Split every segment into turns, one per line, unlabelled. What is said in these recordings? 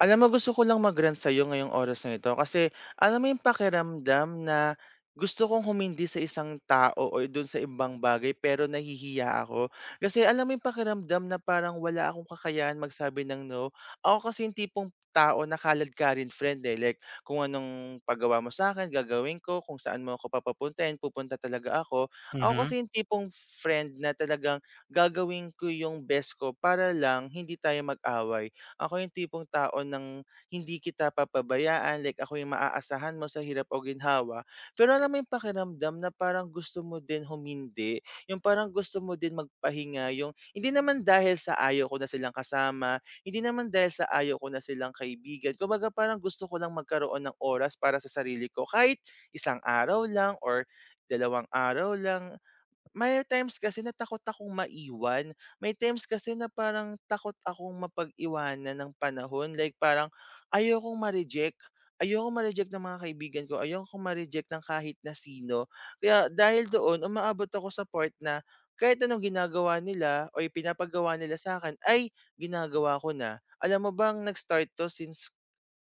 Alam mo gusto ko lang mag-rant sa'yo ngayong oras na ito kasi alam mo yung pakiramdam na gusto kong humindi sa isang tao o dun sa ibang bagay pero nahihiya ako. Kasi alam mo yung pakiramdam na parang wala akong kakayahan magsabi ng no. Ako kasi yung tipong tao na kalad ka rin friend eh. Like kung anong paggawa mo sa akin, gagawin ko. Kung saan mo ako papapuntahin, pupunta talaga ako. Ako
Mhm,
kasi yung tipong friend na talagang gagawin ko yung best ko para lang hindi tayo mag-away. Ako yung tipong tao ng hindi kita papabayaan, like ako yung maaasahan mo sa hirap o ginhawa. Pero alam mo yung pakiramdam na parang gusto mo din humindi, yung parang gusto mo din magpahinga, yung hindi naman dahil sa ayaw ko na silang kasama, hindi naman dahil sa ayaw ko na silang kaibigan. Kumbaga parang gusto ko lang magkaroon ng oras para sa sarili ko kahit isang araw lang or dalawang araw lang. May times kasi na takot akong maiwan, may times kasi na parang takot akong mapag-iwanan ng panahon, like parang ayokong ma-reject, ayokong ma-reject ng mga kaibigan ko, ayokong ma-reject ng kahit na sino. Kaya dahil doon umaabot ako sa part na kahit anong ginagawa nila o ipinapagawa nila sa akin, ay ginagawa ko na. Alam mo bang nag-start 'to since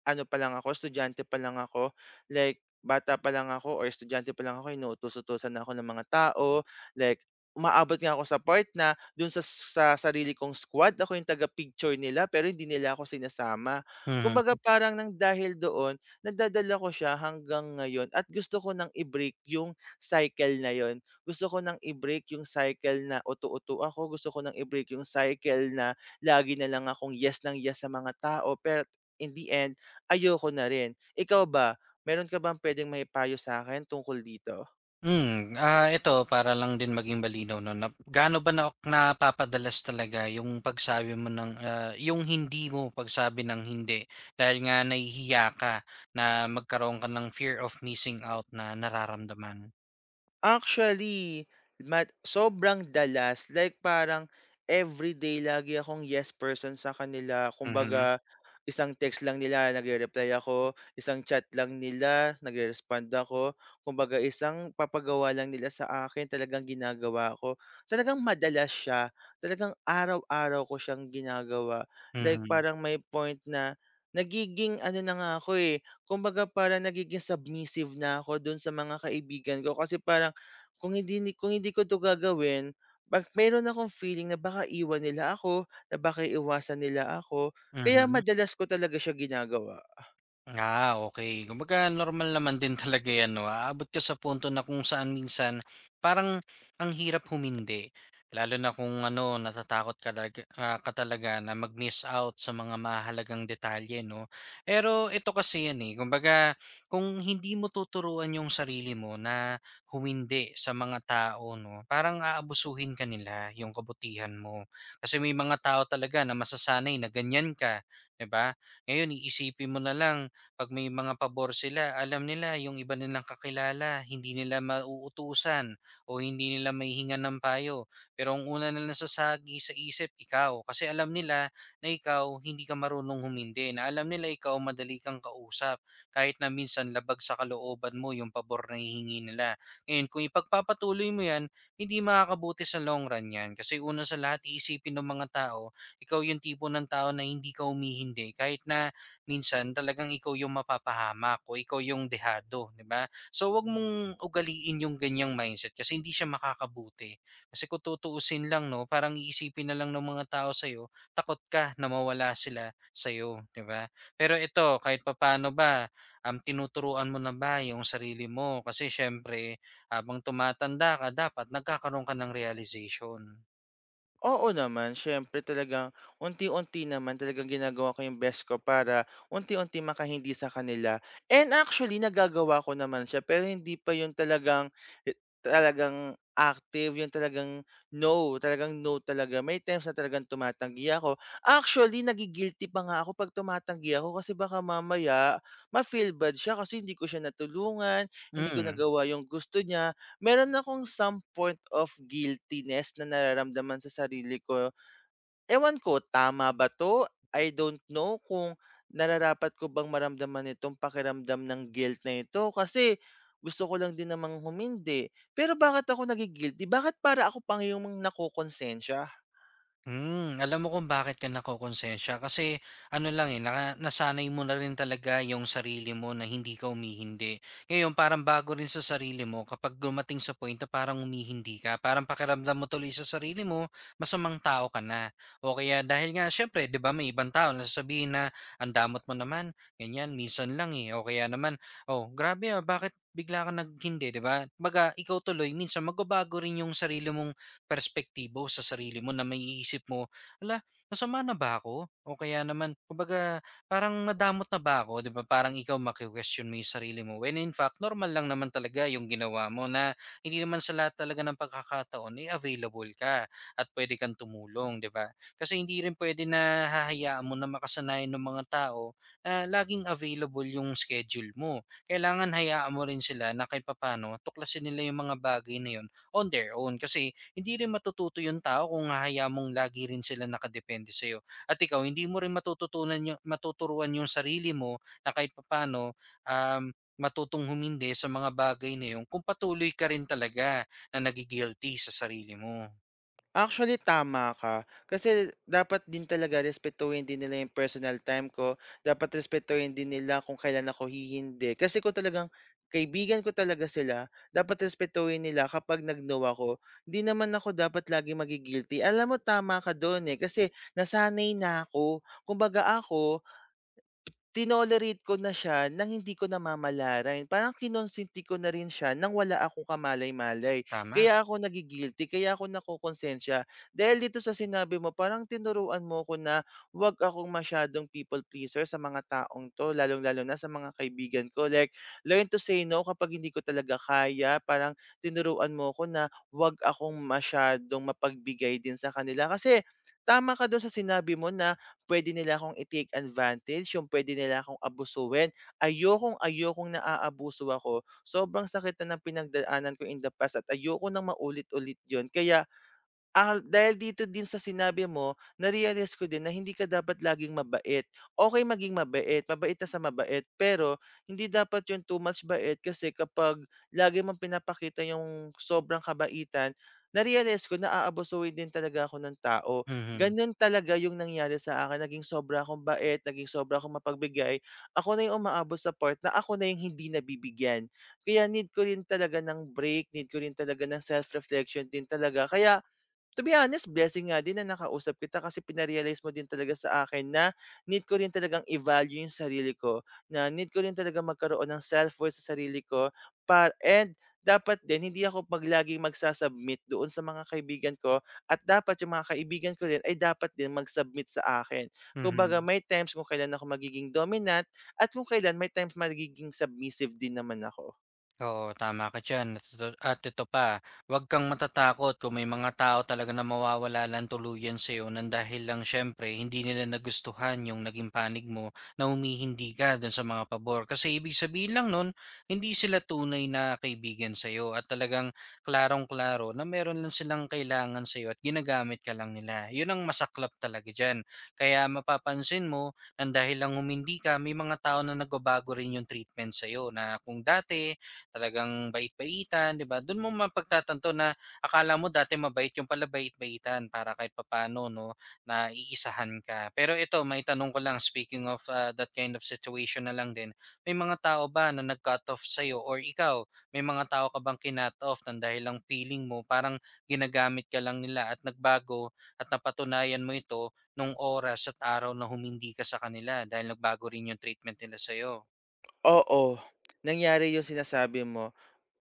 ano pa lang ako, estudyante pa lang ako, like bata pa lang ako or estudyante pa lang ako inuutos-utusan na ako ng mga tao, like umaabot nga ako sa part na dun sa sarili kong squad ako yung taga-picture nila pero hindi nila ako sinasama. Kumbaga
mhm.
parang nang dahil doon, nadadala ko siya hanggang ngayon at gusto ko nang i-break yung cycle na yon. Gusto ko nang i-break yung cycle na utu-utu ako, gusto ko nang i-break yung cycle na lagi na lang akong yes ng yes sa mga tao pero in the end ayoko na rin. Ikaw ba, meron ka bang puwedeng maipayo sa akin tungkol dito?
Hmm, Ito para lang din maging malinaw 'no, na gaano ba na napapadalas talaga yung pagsabi mo ng, yung hindi mo pagsabi ng hindi dahil nga nahihiya ka na magkaroon ka ng fear of missing out na nararamdaman?
Actually, mat sobrang dalas, like parang everyday lagi akong yes person sa kanila.
Mhm,
Kumbaga, isang text lang nila nagre-reply ako, isang chat lang nila nagre-respond ako. Kumbaga, isang papagawa lang nila sa akin talagang ginagawa ko. Talagang madalas siya, talagang araw-araw ko siyang ginagawa. Like
mhm,
parang may point na nagiging ano na nga ako eh, kumbaga parang nagiging submissive na ako dun sa mga kaibigan ko kasi parang kung hindi ko 'to gagawin, pag meron akong feeling na baka iwan nila ako, na baka iwasan nila ako, kaya
mhm.
madalas ko talaga siya ginagawa.
Okey. Kumbaga normal naman din talaga 'yan 'no, aabot ka sa punto na kung saan minsan parang ang hirap humindi. Lalo na kung ano, natatakot ka talaga ka talaga na mag-miss out sa mga mahalagang detalye 'no. Pero ito kasi 'yan, eh, kumbaga kung hindi mo tuturuan yung sarili mo na humindi sa mga tao 'no, parang aabusuhin ka nila, yung kabutihan mo. Kasi may mga tao talaga na masasanay na ganiyan ka, 'di ba? Ngayon iisipin mo na lang 'pag may mga pabor sila, alam nila yung iba nilang kakilala hindi nila mauutusan o hindi nila mahihingan ng payo. Pero ang una na nasasagi sa isip ikaw, kasi alam nila na ikaw hindi ka marunong humindi, na alam nila ikaw madali kang kausap kahit na minsan labag sa kalooban mo yung pabor na hihingi nila. Ngayon kung ipagpapatuloy mo 'yan, hindi makakabuti sa long run 'yan. Kasi una sa lahat iisipin ng mga tao, ikaw yung tipo ng tao na hindi ka humihindi kahit na minsan talagang ikaw yung mapapahamak o ikaw yung dehado, 'di ba? So wag mong ugaliin yung ganyang mindset kasi hindi siya makakabuti. Kasi kung tutuusin lang 'no, parang iisipin na lang ng mga tao sa takot ka na mawala sila sa 'di ba? Pero ito, kahit papaano ba, tinuturuan mo na ba yung sarili mo? Kasi syempre, habang tumatanda ka dapat nagkakaroon ka ng realization.
Oo naman, siyempre talagang unti-unti naman talagang ginagawa ko yung best ko para unti-unti makahindi sa kanila. And actually, nagagawa ko naman siya pero hindi pa yung talagang eh, talagang active, yung talagang no talaga. May times na talagang tumatanggi ako. Actually, nagigilty pa nga ako pag tumatanggi ako kasi baka mamaya ma-feel bad siya kasi hindi ko siya natulungan, hindi ko
Mm.
nagawa yung gusto niya. Meron akong some point of guiltiness na nararamdaman sa sarili ko. Ewan ko, tama ba 'to? I don't know kung nararapat ko bang maramdaman itong pakiramdam ng guilt na ito kasi gusto ko lang din namang humindi. Pero bakit ako nagi-guilty? Bakit para ako pang yung nakokonsensya?
Hmm, alam mo kung bakit ka nakokonsensya kasi ano lang eh, nasanay mo na rin talaga yung sarili mo na hindi ka umihindi. Ngayon, parang bago rin sa sarili mo kapag dumating sa point na parang umihindi ka, parang pakiramdam mo tuloy sa sarili mo, masamang tao ka na. O kaya dahil nga, syempre, di ba may ibang tao na sasabihin na ang damot mo naman, ganyan, minsan lang eh. O kaya naman, oh, grabe ah, bakit bigla ka naghindi, di ba? Baga, ikaw tuloy, minsan magbabago rin yung sarili mong perspektibo sa sarili mo na maiisip mo, ala, masama na ba ako?" O kaya naman, kumbaga, parang nadamot na ba ako, 'di ba? Parang ikaw maki-question mo yung sarili mo when in fact, normal lang naman talaga yung ginawa mo na hindi naman sa lahat talaga ng pagkakataon, eh, available ka at puwede kang tumulong, 'di ba? Kasi hindi rin puwede na hahayaan mo na makasanayan ng mga tao na laging available yung schedule mo. Kailangan hayaan mo rin sila na kahit papaano tuklasin nila yung mga bagay na yun on their own kasi hindi rin matututo yung tao kung hahayaan mong lagi rin sila nakadepende sa'yo. At ikaw, hindi mo rin matututunan yung, matuturuan yung sarili mo na kahit papano um, matutong humindi sa mga bagay na yun kung patuloy ka rin talaga na nagigilty sa sarili mo.
Actually, tama ka. Kasi dapat din talaga respetuhin din nila yung personal time ko. Dapat respetuhin din nila kung kailan ako hihindi. Kasi kung talagang kaibigan ko talaga sila, dapat respetuhin nila kapag nag-no ako. Hindi naman ako dapat lagi magigilty. Alam mo, tama ka doon eh. Kasi nasanay na ako. Kumbaga ako, tinolerate ko na siya ng hindi ko namamalaran. Parang kinonsenti ko na rin siya nang wala akong kamalay-malay.
Tama?
Kaya ako nagigilty, kaya ako nakokonsensya. Dahil dito sa sinabi mo, parang tinuruan mo ko na huwag akong masyadong people pleaser sa mga taong 'to, lalong-lalo na sa mga kaibigan ko. Like, learn to say no kapag hindi ko talaga kaya. Parang tinuruan mo ko na huwag akong masyadong mapagbigay din sa kanila. Kasi tama ka doon sa sinabi mo na puwede nila akong i-take advantage, yung puwede nila akong abusuhin. Ayokong ayokong naaabuso ako. Sobrang sakit na ng pinagdaanan ko in the past at ayoko nang maulit-ulit yun. Kaya ah, dahil dito din sa sinabi mo, na-realize ko din na hindi ka dapat laging mabait. Okey maging mabait, mabait ka sa mabait, pero hindi dapat 'yung too much bait kasi kapag lagi mong pinapakita 'yung sobrang kabaitan, na-realize ko na aabusuhin din talaga ako ng tao.
Mhm.
Gano'n talaga 'yung nangyari sa akin, naging sobra akong bait, naging sobra akong mapagbigay. Ako na 'yung umaabot sa part na ako na 'yung hindi nabibigyan. Kaya need ko rin talaga ng break, need ko rin talaga ng self-reflection din talaga. Kaya to be honest, blessing nga din na nakausap kita kasi pina mo din talaga sa akin na need ko rin talagang i-value yung sarili ko, na need ko rin talaga magkaroon ng self-worth sa sarili ko par and dapat din hindi ako 'pag laging doon sa mga kaibigan ko at dapat yung mga kaibigan ko rin ay dapat din magsubmit sa akin. Kumbaga
Mhm.
may times kung kailan ako magiging dominant at kung kailan may times magiging submissive din naman ako.
Oo, tama ka diyan. At ito, at ito pa, huwag kang matatakot kung may mga tao talaga na mawawala ng tuluyan sa'yo nang dahil lang syempre hindi nila nagustuhan yung naging panig mo na humihindi ka dun sa mga pabor. Kasi ibig sabihin lang nun, hindi sila tunay na kaibigan sa'yo at talagang klarong-klaro na meron lang silang kailangan sa'yo at ginagamit ka lang nila. Yun ang masaklap talaga dyan. Kaya mapapansin mo, nang dahil lang humindi ka, may mga tao na nagbabago rin yung treatment sa'yo na kung dati talagang bait-baitan, 'di ba? Do'n mo mapagtatanto na akala mo dati mabait, yung pala bait-baitan para kahit papano 'no, na iisahan ka. Pero ito, may tanong ko lang, speaking of, that kind of situation na lang din, may mga tao ba na nag-cut off sa'yo or ikaw, may mga tao ka bang kinut off ng dahil lang feeling mo parang ginagamit ka lang nila at nagbago at napatunayan mo ito nung oras at araw na humindi ka sa kanila dahil nagbago rin yung treatment nila sa'yo?
Oo, nangyari yung sinasabi mo.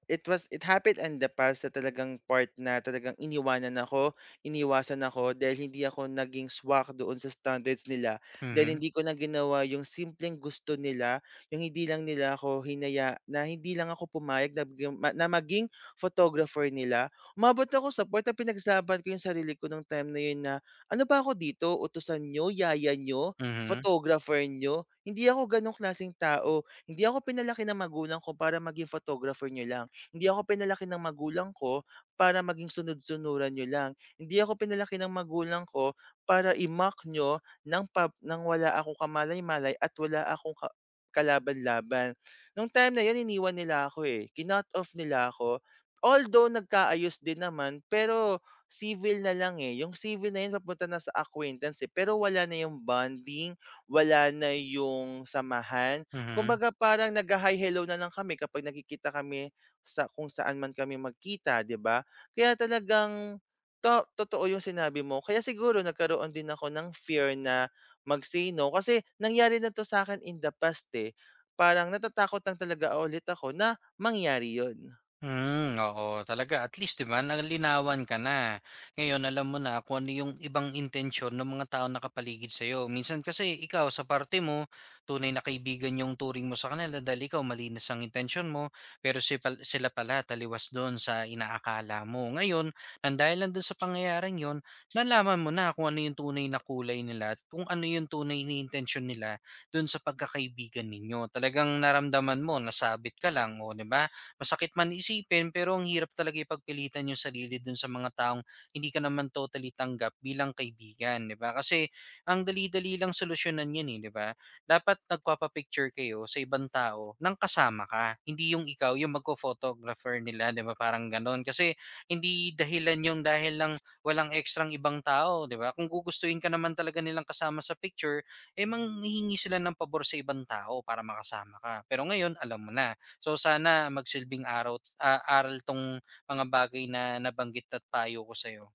It happened in the past na talagang part na talagang iniwanan ako, iniwasan ako dahil hindi ako naging swak doon sa standards nila, dahil
Mhm,
hindi ko na ginawa yung simpleng gusto nila, yung hindi lang nila ako hinaya na hindi lang ako pumayag na bigyan ma na maging photographer nila. Umabot ako sa point na pinaglaban ko yung sarili ko nung time na yun na, "Ano ba ako dito, utusan niyo, yaya niyo,
mhm,
photographer niyo? Hindi ako gano'ng klaseng tao, hindi ako pinalaki ng magulang ko para maging photographer niyo lang." Hindi ako pinalaki ng magulang ko para maging sunod-sunuran nyo lang. Hindi ako pinalaki ng magulang ko para imak nyo ng wala akong kamalay-malay at wala akong kalaban-laban. Nung time na yun iniwan nila ako, eh, kinut off nila ako. Although nagkaayos din naman, pero civil na lang, eh. Yung civil na yun papunta na sa acquaintance, eh, pero wala na yung bonding, wala na yung samahan.
mhm.
Kumbaga parang nagha-hi hello na lang kami kapag nakikita kami sa kung saan man kami magkita, 'di ba? Kaya talagang totoo yung sinabi mo. Kaya siguro nagkaroon din ako ng fear na mag-say no kasi nangyari na 'to sa'kin in the past, eh. Parang natatakot lang talaga ulit ako na mangyari yon.
Hmm, oo talaga, at least 'di ba nalinawan ka na. Ngayon alam mo na kung ano yung ibang intensyon ng mga taong nakapaligid sa'yo. Minsan kasi ikaw sa parte mo, tunay na kaibigan yung turing mo sa kanila dahil ikaw malinis ang intensyon mo, pero sila pala taliwas doon sa inaakala mo. Ngayon, nang dahil lang dun sa pangyayaring yon, nalaman mo na kung ano yung tunay na kulay nila at kung ano yung tunay na intensyon nila doon sa pagkakaibigan ninyo. Talagang naramdaman mo, nasabit ka lang, o 'di ba? Masakit man isipin pero ang hirap talaga ipagpilitan yung sarili dun sa mga taong hindi ka naman totally tanggap bilang kaibigan, 'di ba? Kasi ang dali-dali lang solusyonan 'yan eh, 'di ba? Dapat nagpapa-picture kayo sa ibang tao nang kasama ka, hindi yung ikaw yung magpo-photographer nila, 'di ba? Parang gano'n. Kasi hindi dahilan yung dahil lang walang ekstrang ibang tao, 'di ba? Kung gugustuhin ka naman talaga nilang kasama sa picture, eh manghihingi sila ng pabor sa ibang tao para makasama ka. Pero ngayon, alam mo na. So sana magsilbing aral 'tong mga bagay na nabanggit at payo ko sa'yo.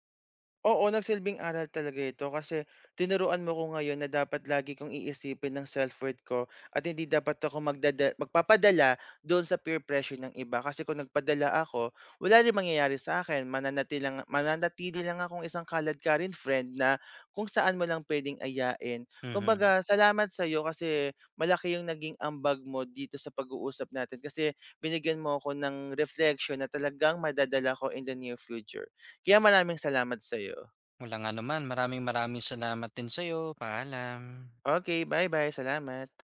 Oo, nagsilbing aral talaga ito kasi tinuruan mo ko ngayon na dapat lagi kong iisipin ng self-worth ko at hindi dapat ako magpapadala doon sa peer pressure ng iba kasi kung nagpadala ako, wala rin mangyayari sa akin. Mananatili lang akong isang kaladkarin friend na kung saan mo lang pwedeng ayain.
Mhm.
Kumbaga, salamat sa iyo kasi malaki yung naging ambag mo dito sa pag-uusap natin kasi binigyan mo ako ng reflection na talagang madadala ko in the near future. Kaya maraming salamat sa iyo.
Walang anuman, maraming maraming salamat din sa'yo. Paalam.
Okay, bye-bye, salamat.